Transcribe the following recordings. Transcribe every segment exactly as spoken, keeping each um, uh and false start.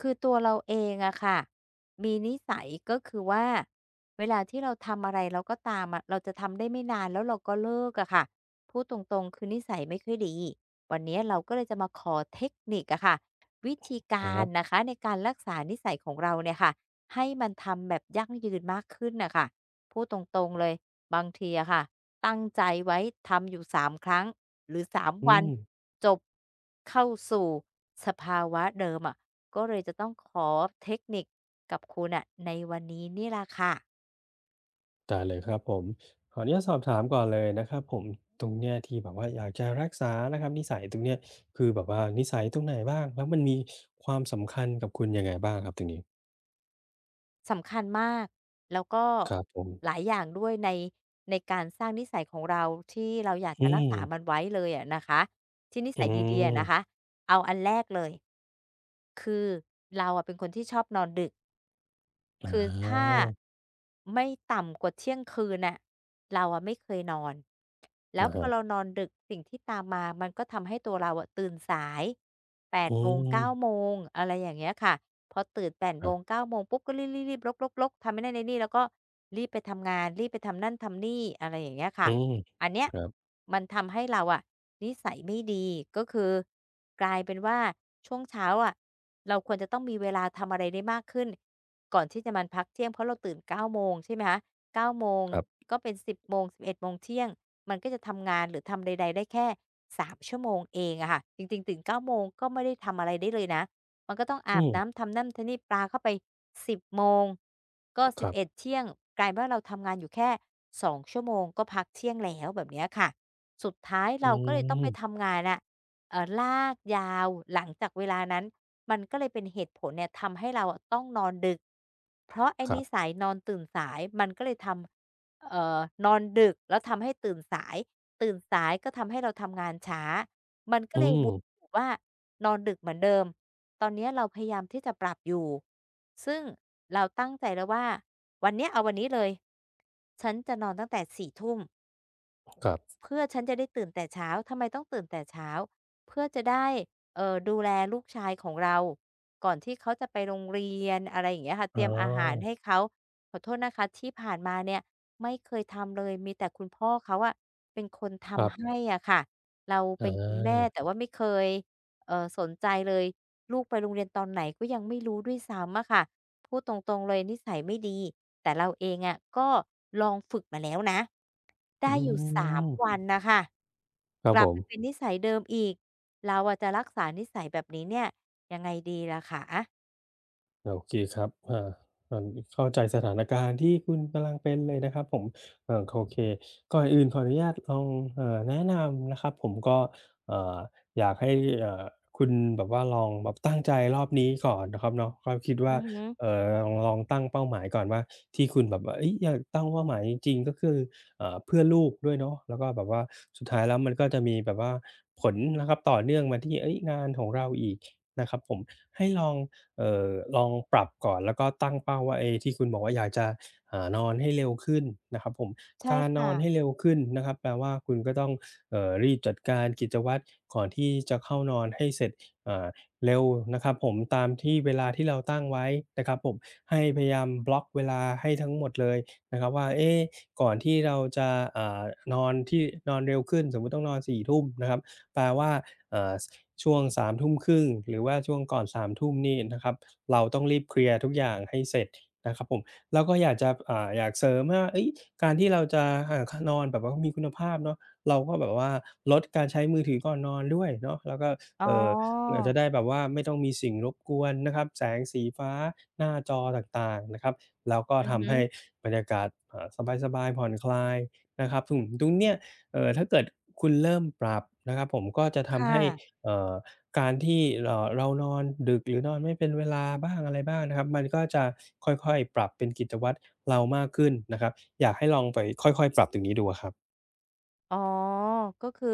คือตัวเราเองอะค่ะมีนิสัยก็คือว่าเวลาที่เราทำอะไรเราก็ตามอะเราจะทำได้ไม่นานแล้วเราก็เลิกอะค่ะพูดตรงๆคือนิสัยไม่ค่อยดีวันนี้เราก็เลยจะมาขอเทคนิคอะค่ะวิธีคการัรนะบ คะในการรักษานิสัยของเราเนี่ยค่ะให้มันทำแบบยั่งยืนมากขึ้นน่ะค่ะพูดตรงๆเลย บางทีอะค่ะตั้งใจไว้ทำอยู่สามครั้งหรือสามอืวันมจบเข้าสู่สภาวะเดิมอะก็เลยจะต้องขอเทคนิคกับคุณน่ะในวันนี้นี่แหละค่ะได้เลยครับผม ขออนุญาตสอบถามก่อนเลยนะครับผมตรงเนี้ยที่แบบว่าอยากจะรักษานะครับนิสัยตรงเนี้ยคือแบบว่านิสัยตรงไหนบ้างแล้วมันมีความสำคัญกับคุณยังไงบ้างครับตรงนี้สำคัญมากแล้วก็ครับผหลาม ยอย่างด้วยในในการสร้างนิสัยของเราที่เราอยากจะอืรักมษามันไว้เลยอะนะคะที่นิอืสัยดีๆอะนะคะมเอาอันแรกเลยคือเราอะเป็นคนที่ชอบนอนดึก อคือถ้าาไม่ต่ำกว่าเที่ยงคืนน่ะเราอะไม่เคยนอนแล้วอะพอฮะเรานอนดึกสิ่งที่ตามมา มันก็ทำให้ตัวเราอะตื่นสายแปดอืโมงเก้าโมมงอะไรอย่างเงี้ยค่ะพอตื่นแปดคโมรับงเก้าโมงปุ๊บก็รีบๆๆๆๆทำไอ้นั่นไอ้นี่แล้วก็รีบไปทำงานรีบไปทำนั่นทำนี่อะไรอย่างเงี้ยค่ะอืมอันเนี้ยครับมันทำให้เราอะนิสัยไม่ดีก็คือกลายเป็นว่าช่วงเช้าอะเราควรจะต้องมีเวลาทำอะไรได้มากขึ้น ก่อนที่จะมนพักเที่ยงเพราะเราตื่นเก้าโมงใช่ไหมคะเก้าโมงครับก็เป็นสิบโมงสิบเอ็ดโมงเที่ยงมันก็จะทำงานหรือทำใดๆได้แค่สามชั่วโมงเองอะค่ะจริงๆตื่นเก้าโมงก็ไม่ได้ทำอะไรได้เลยนะมันก็ต้องอาอืบมน้ำทำนั่นทำนี่ปลาเข้าไปสิบโมงก็คสิบรัเอ็ดบเที่ยงกลายเป็นว่าเราทำงานอยู่แค่สองชั่วโมงก็พักเที่ยงแล้วแบบเนี้ยค่ะสุดท้ายอืเราก็เลยต้องไปมทำงานอะ เอ่อลากยาวหลังจากเวลานั้นมันก็เลยเป็นเหตุผลเนี่ยทำให้เราอะต้องนอนดึกเพราะไอ้ครันิบสัยนอนตื่นสายมันก็เลยทำเอ่อนอนดึกแล้วทำให้ตื่นสายตื่นสายก็ทำให้เราทำงานช้ามันก็อืเลยวนมอยู่ว่านอนดึกเหมือนเดิมตอนเนี้ยเราพยายามที่จะปรับอยู่ซึ่งเราตั้งใจแล้วว่าวันเนี้ยเอาวันนี้เลยฉันจะนอนตั้งแต่สี่ทุ่ม ครับเพื่อฉันจะได้ตื่นแต่เช้าทำไมต้องตื่นแต่เช้า เพื่อจะได้เอ่อดูแลลูกชายของเรา ก่อนที่เขาจะไปโรงเรียนอะไรอย่างเงี้ยค่ะเตอ๋รียมอาหารอให้เขาขอโทษนะคะที่ผ่านมาเนี่ยไม่เคยทำเลยมีแต่คุณพ่อเขาอะเป็นคนครัทำให้บอะค่ะเราเป็อานคุณแม่แต่ว่าไม่เคยเอ่อสนใจเลยลูกไปโรงเรียนตอนไหนก็ยังไม่รู้ด้วยซ้ำอะค่ะ พูดตรงๆเลยนิสัยไม่ดีแต่เราเองอะก็ลองฝึกมาแล้วนะอืได้อยู่สามวัมนน่ะค่ะครักบลัผบไปม เป็นนิสัยเดิมอีกเราอะจะรักษานิสัยแบบนี้เนี่ยยังไงดีล่ะคะโอเคครับอ่าอาเข้าใจสถานการณ์ที่คุณกำลังเป็นเลยนะครับผมเอ่อโอเคก่อนอื่นขออนุญาตลองเอ่อแนะนำนะครับผมก็เอ่ออยากให้เอ่อคุณแบบว่าลองแบบตั้งใจรอบนี้ก่อนนะครับเนาะก็คิดอืว่าอฮึเอ่อลองลองตั้งเป้าหมายก่อนว่าที่คุณแบบว่าเฮ้ยอยากตั้งเป้าหมายจริงๆก็คือเอ่อเพื่อลูกด้วยเนาะแล้วก็แบบว่าสุดท้ายแล้วมันก็จะมีแบบว่าผลนะครับต่อเนื่องมาที่เฮ้ยงานของเราอีกนะครับผมให้ลอง เอ่อลองปรับก่อนแล้วก็ตั้งเป้าว่าไอ้ที่คุณบอกว่าอยากจะหานอนให้เร็วขึ้นนะครับผมใช่การนอนให้ค่ะเร็วขึ้นนะครับแปลว่าคุณก็ต้องเอ่อรีบจัดการกิจวัตรก่อนที่จะเข้านอนให้เสร็จอ่าเร็วนะครับผมตามที่เวลาที่เราตั้งไว้นะครับผมให้พยายามบล็อกเวลาให้ทั้งหมดเลยนะครับว่าเอ๊ะก่อนที่เราจะอ่านอนที่นอนเร็วขึ้นสมมุติต้องนอนสี่ทุ่มนะครับแปลว่าอ่า ช่วงาสามทุ่มครึ่งหรือว่าช่วงก่อนสามทุ่มนี่นะครับเราต้องรีบเคลียร์ทุกอย่างให้เสร็จนะครับผมแล้วก็อยากจะอ่าอยากเสริมว่าเฮ้ยการที่เราจะอ่าคนอนแบบว่ามีคุณภาพเนาะเราก็แบบว่าลดการใช้มือถือก่อนนอนด้วยเนาะแล้วก็อ๋อเอ่ออาจจะได้แบบว่าไม่ต้องมีสิ่งรบกวนนะครับแสงสีฟ้าหน้าจอต่างๆนะครับแล้วก็อือฮึทำให้บรรยากาศอ่าสบายๆผ่อนคลายนะครับถึงตรงเนี้ยเอ่อถ้าเกิดคุณเริ่มปรับนะครับผมก็จะทำค่ะให้ เอ่อการที่เอ่อเรานอนดึกหรือนอนไม่เป็นเวลาบ้างอะไรบ้างนะครับมันก็จะค่อยๆปรับเป็นกิจวัตรเรามากขึ้นนะครับอยากให้ลองไปค่อยๆปรับตรงนี้ดูอะครับ อ๋อก็คือ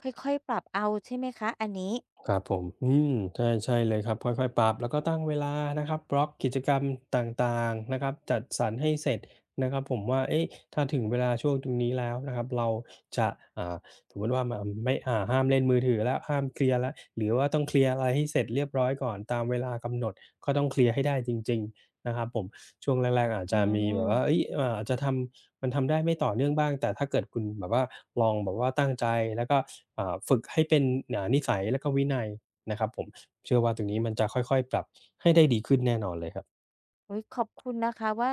ค่อยๆปรับเอาใช่ไหมคะอันนี้ครับผมอืมใช่ใช่เลยครับค่อยๆ ปรับแล้วก็ตั้งเวลานะครับบล็อกกิจกรรมต่างๆนะครับจัดสรรให้เสร็จนะครับผมว่าเอ๊ะถ้าถึงเวลาช่วงตรงนี้แล้วนะครับเราจะอ่าสมมุติว่ามไม่อ่าห้ามเล่นมือถือแล้วห้ามเคลียร์แล้วหรือว่าต้องเคลียร์อะไรให้เสร็จเรียบร้อยก่อนตามเวลากำหนดก็ต้องเคลียร์ให้ได้จริงๆนะครับผมช่วงแรกๆอาจอืจะมีแบบว่าม เฮ้ยเอ่ออาจจะทำ มันทำได้ไม่ต่อเนื่องบ้างแต่ถ้าเกิดคุณแบบว่าลองแบบว่าตั้งใจแล้วก็อ่าฝึกให้เป็นอ่านิสัยแล้วก็วินัยนะครับผมเชื่อว่าตรงนี้มันจะค่อยๆปรับให้ได้ดีขึ้นแน่นอนเลยครับโอุยขอบคุณนะคะว่า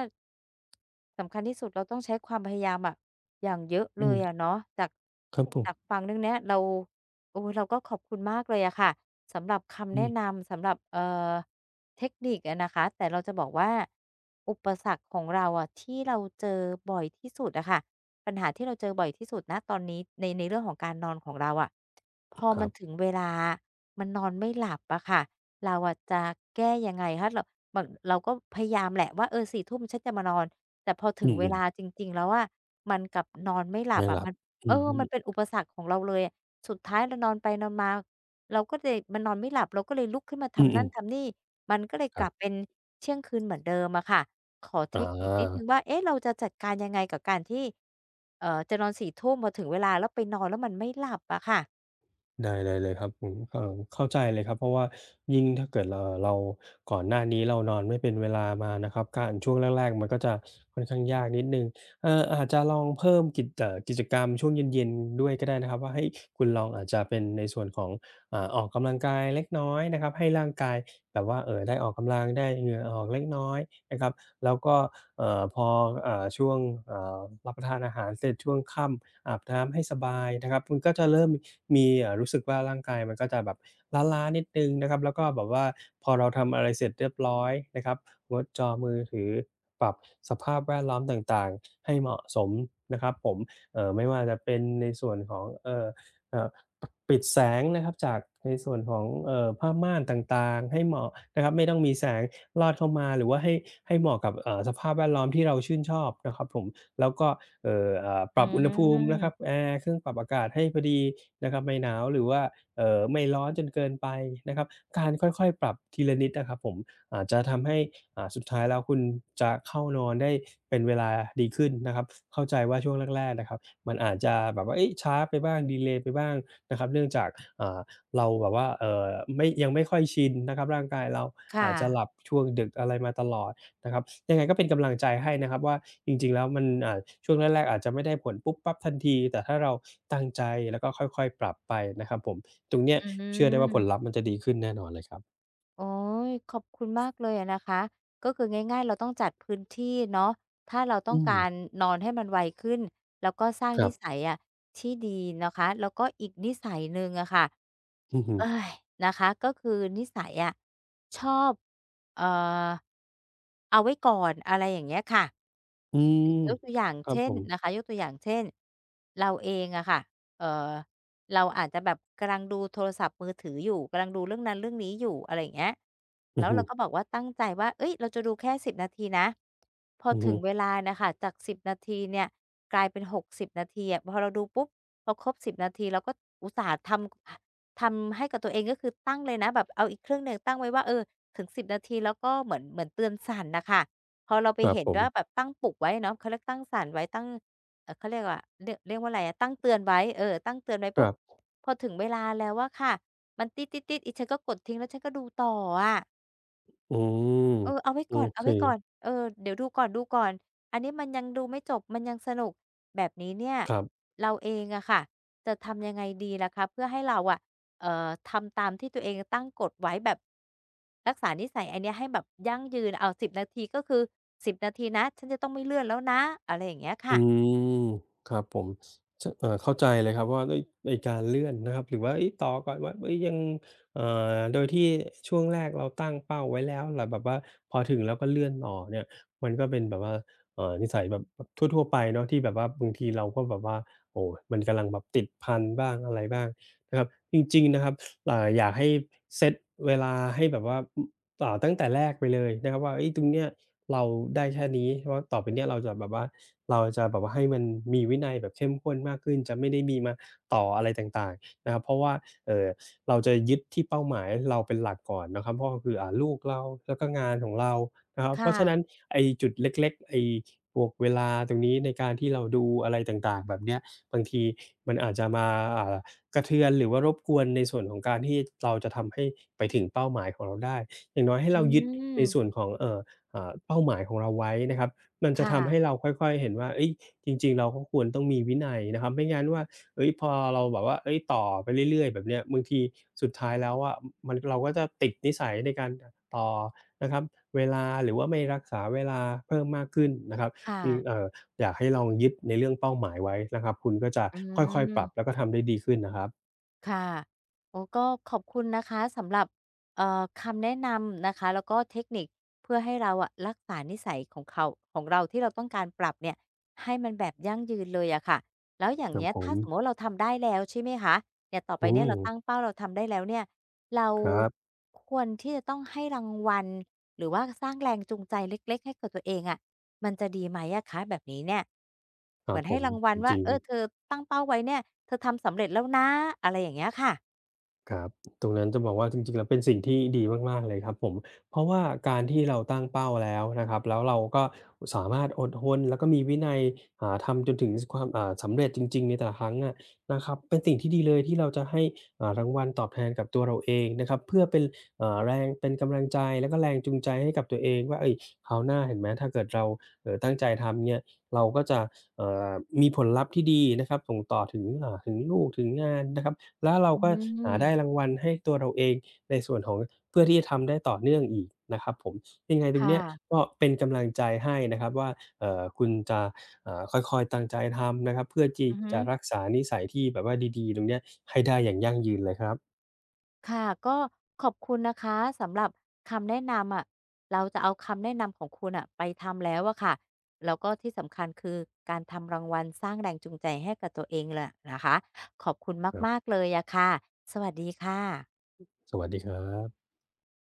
สำคัญที่สุดเราต้องใช้ความพยายามอะอย่างเยอะเลอืยมอะเนาะจากครับผมจากฟังเรื่องเนี้ยเราโอ้ยเราก็ขอบคุณมากเลยอะค่ะสำหรับคำอืแนะมนำสำหรับเอ่อเทคนิคอะนะคะแต่เราจะบอกว่าอุปสรรคของเราอะที่เราเจอบ่อยที่สุดอะค่ะปัญหาที่เราเจอบ่อยที่สุดนะตอนนี้ในในเรื่องของการนอนของเราอะพอคมัรันถึงบเวลามันนอนไม่หลับอะค่ะ เราอะจะแก้ยังไงคะเราแบบเราก็พยายามแหละว่าเออสี่ทุ่มฉันจะมานอนแต่พอถึอืงเวมลาจริงๆแล้วอะมันกลับนอนไม่หๆลับไม่อะรัมับนเออืออฮึมันเป็นอุปสรรคของเราเลยอะสุดท้ายเรานอนไปนอนมาเราก็เลยมันนอนไม่หลับเราก็เลยลุกขึ้นมาอืทำนั่นอๆทำนี่มันก็เลยคกรัลับบเป็นเที่ยงคืนเหมือนเดิมอะค่ะขอเทอา คนิคนิดหนึ่งว่าเอ๊ะเราจะจัดการยังไงกับการที่เอ่อจะนอนสี่ทุ่มพอถึงเวลาแล้วไปนอนแล้วมันไม่หลับอะค่ะได้ได้เลยครับผมเอ่อเข้าใจเลยครับเพราะว่ายิ่งถ้าเกิดเอ่อเราก่อนหน้านี้เรานอนไม่เป็นเวลามานะครับการช่วงแรกๆมันก็จะค่อนข้างยากนิดหนึ่งเอ่ออาจจะลองเพิ่มกิจเอ่อกิจกรรมช่วงเย็นๆด้วยก็ได้นะครับว่าให้คุณลองอาจจะเป็นในส่วนของอ่าออกกำลังกายเล็กน้อยนะครับให้ร่างกายแบบว่าเออได้ออกกำลังได้เหงื่อออกเล็กน้อยนะครับแล้วก็เอ่อพอเอ่อช่วงเอ่อรับประทานอาหารเสร็จช่วงค่ำ อาบน้ำให้สบายนะครับมันก็จะเริ่มมีเอ่อรู้สึกว่าร่างกายมันก็จะแบบล้าๆนิดหนึ่งนะครับแล้วก็แบบว่าพอเราทำอะไรเสร็จเรียบร้อยนะครับงดจอมือถือปรับสภาพแวดล้อมต่างๆให้เหมาะสมนะครับผมเอ่อไม่ว่าจะเป็นในส่วนของเอ่อเอ่อปปิดแสงนะครับจากในส่วนของเอ่อผ้าม่านต่างๆให้เหมาะนะครับไม่ต้องมีแสงลอดเข้ามาหรือว่าให้ให้เหมาะกับเอ่อสภาพแวดล้อมที่เราชื่นชอบนะครับผม แล้วก็เอ่ออ่าปอืรับอุณหภูมินะครับมแอร์เครื่องปรับอากาศให้พอดีนะครับไม่หนาวหรือว่าเอ่อไม่ร้อนจนเกินไปนะครับการค่อยๆปรับทีละนิดนะครับผมอาจจะทำให้อ่าสุดท้ายแล้วคุณจะเข้านอนได้เป็นเวลาดีขึ้นนะครับเข้าใจว่าช่วงแรกๆนะครับมันอาจจะแบบว่าเอ๊ะช้าไปบ้างดีเลย์ไปบ้างนะครับเนื่องจากอ่าเราแบบว่าเอ่อไม่ยังไม่ค่อยชินนะครับร่างกายเราค่ะอาจจะหลับช่วงดึกอะไรมาตลอด นะครับยังไงก็เป็นกำลังใจให้นะครับว่าจริงๆแล้วมันอ่าช่วงแรกๆอาจจะไม่ได้ผลปุ๊บปั๊บทันทีแต่ถ้าเราตั้งใจแล้วก็ค่อยๆปรับไปนะครับผมตรงเนี้ยอืเชื่อได้ว่าผลลัม พธ์มันจะดีขึ้นแน่นอนเลยครับโอ๊ยขอบคุณมากเลยอะนะคะก็คือง่ายๆเราต้องจัดพื้นที่เนาะถ้าเราต้ออืงมการนอนให้มันไวขึ้นแล้วก็สร้างครันิบสัยอะที่ดีนะคะแล้วก็อีกนิสัยหนึ่งอะค่ะอือฮึเอ้ยนะคะก็คือนิสัยอะชอบเอ่อเอาไว้ก่อนอะไรอย่างเงี้ยค่ะอืมยกตัวอย่างครับเช่ผนมนะคะยกตัวอย่างเช่นเราเองอะค่ะเอ่อ เราอาจจะแบบกำลังดูโทรศัพท์มือถืออยู่กำลังดูเรื่องนั้นเรื่องนี้อยู่อะไรอย่างเงี้ยอือแล้วฮึเราก็บอกว่าตั้งใจว่าเฮ้ยเราจะดูแค่สิบนาทีนะพออือถึฮึงเวลาน่ะค่ะจากสิบนาทีเนี่ยกลายเป็นหกสิบนาทีอะพอเราดูปุ๊บพอครบสิบนาทีเราก็อุตส่าห์ทำทำให้กับตัวเองก็คือตั้งเลยนะแบบเอาอีกเครื่องหนึ่งตั้งไว้ว่าเออถึงสิบนาทีแล้วก็เหมือนเหมือนเตือนสั่นน่ะค่ะพอเราไปครับเห็นผมว่าแบบตั้งปลุกไว้เนาะเขาเรียกตั้งสั่นไว้ตั้งเอ่อเขาเรียกว่าเรียกเรียกว่าอะไรอะตั้งเตือนไว้เออตั้งเตือนไว้คปุ๊บ รับพอถึงเวลาแล้วอะค่ะมันติ๊ดๆๆอีฉันก็กดทิ้งแล้วฉันก็ดูต่ออะอืมเออเอาไว้โอก่อนเอาเคไว้ก่อนเออเดี๋ยวดูก่อนๆอันนี้มันยังดูไม่จบมันยังสนุกแบบนี้เนี่ยครับ เราเองอะค่ะจะทำยังไงดีล่ะคะเพื่อให้เราอะเอ่อทำตามที่ตัวเองตั้งกฎไว้แบบรักษานิสัยอันเนี้ยให้แบบยั่งยืนเอาวสิบนาทีก็คือสิบนาทีนะฉันจะต้องไม่เลื่อนแล้วนะอะไรอย่างเงี้ยอืค่ะมครับผมชเอ่อเข้าใจเลยครับว่าเฮ้ยไอ้การเลื่อนนะครับหรือว่าเฮ้ยต่อก่อนว่าเฮ้ยยังเอ่อโดยที่ช่วงแรกเราตั้งเป้าไว้แล้วแต่แบบว่าพอถึงแล้วก็เลื่อนต่อเนี่ยมันก็เป็นแบบว่าเอ่อนิสัยแบบทั่วๆไปเนาะที่แบบว่าบางทีเราก็แบบว่าโอ้โฮมันกำลังแบบติดพันบ้างอะไรบ้างนะครับจริงๆนะครับอ่าอยากให้เซตเวลาให้แบบว่าออ่าตั้งแต่แรกไปเลยนะครับว่าเฮ้ยตรงเนี้ยเราได้แค่นี้เพราะว่าต่อไปเนี้ยเราจะแบบว่า เราจะแบบว่าให้มันมีวินัยแบบเข้มข้นมากขึ้นจะไม่ได้มีมาต่ออะไรต่างๆนะครับเพราะว่าเอ่อเราจะยึดที่เป้าหมายเราเป็นหลักก่อนนะครับเพราะก็คืออ่าลูกเราแล้วก็งานของเรานะครับเพค่ะราะฉะนั้นไอ้จุดเล็กๆไอ้พวกเวลาตรงนี้ในการที่เราดูอะไรต่างๆแบบเนี้ยบางทีมันอาจจะมาอ่ากระเทือนหรือว่ารบกวนในส่วนของการที่เราจะทำให้ไปถึงเป้าหมายของเราได้อย่างน้อยให้อืเรายึดมในส่วนของเอ่ออ่าเป้าหมายของเราไว้นะครับ มันคจะทำให้่ะเราค่อยๆเห็นว่าเฮ้ยจริงๆเราก็ควรต้องมีวินัยนะครับไม่งั้นว่าเฮ้ยพอเราแบบว่าเฮ้ยต่อไปเรื่อยๆแบบเนี้ยบางทีสุดท้ายแล้วอะมันเราก็จะติดนิสัยในการตต่อนะครับเวลาหรือว่าไม่รักษาเวลาเพิ่มมากขึ้นนะครับค่ะอืมเอ่ออยากให้ลองยึดในเรื่องเป้าหมายไว้นะครับคุณก็จะอืค่อยๆปรับม แล้วก็ทำได้ดีขึ้นนะครับค่ะโอ้ก็ขอบคุณนะคะสำหรับเอ่อคำแนะนำนะคะแล้วก็เทคนิคเพื่อให้เราอะรักษานิสัยของเขาของเราที่เราต้องการปรับเนี่ยให้มันแบบยั่งยืนเลยอะค่ะแล้วอย่างครับเนี้ยผถ้ามสมมติเราทำได้แล้วใช่ไหมคะเนี่ยต่อไปอืเนี่ยมเราตั้งเป้าเราทำได้แล้วเนี่ยเราครับควรที่จะต้องให้รางวัล หรือว่าสร้างแรงจูงใจเล็กๆให้กับตัวเองอะมันจะดีไหมอะคะแบบนี้เนี่ยคเหรัมืบอนผให้มรางวัลจว่าริง เออเธอตั้งเป้าไว้เนี่ยเธอทำสำเร็จแล้วนะอะไรอย่างเงี้ยค่ะครับตรงนั้นจะบอกว่าจริงๆแล้วเป็นสิ่งที่ดีมากๆเลยครับผมเพราะว่าการที่เราตั้งเป้าแล้วนะครับแล้วเราก็สามารถอดทนแล้วก็มีวินัยอ่าทำจนถึงสความอ่าสำเร็จจริงๆในแต่ละครั้งอะนะครับเป็นสิ่งที่ดีเลยที่เราจะให้อ่ารางวัลตอบแทนกับตัวเราเองนะครับเพื่อเป็นอ่าแรงเป็นกำลังใจแล้วก็แรงจูงใจให้กับตัวเองว่าเฮ้ยคราวหน้าเห็นไหมถ้าเกิดเราเอ่อตั้งใจทำเนี่ยเราก็จะเอ่อมีผลลัพธ์ที่ดีนะครับส่งต่อถึงอ่าถึงลูกถึงงานนะครับ แล้วเราอืก็หาได้รามงวัลให้ตัวเราเองในส่วนของเพื่อที่จะทำได้ต่อเนื่องอีกนะครับผมยังไงตครงเนี้ย่ะก็เป็นกำลังใจให้นะครับว่าเอ่อคุณจะอ่าค่อยๆตั้งใจทำนะครับเพื่อที่อือฮึจะรักษานิสัยที่แบบว่าดีๆตรงเนี้ยให้ได้อย่างยั่งยืนเลยครับค่ะก็ขอบคุณนะคะสำหรับคำแนะนำอะเราจะเอาคำแนะนำของคุณน่ะไปทำแล้วอะค่ะแล้วก็ที่สำคัญคือการทำรางวัลสร้างแรงจูงใจให้กับตัวเองแหละนะคะขอบคุณครัมาบกๆเลยอะค่ะสวัสดีค่ะสวัสดีครับ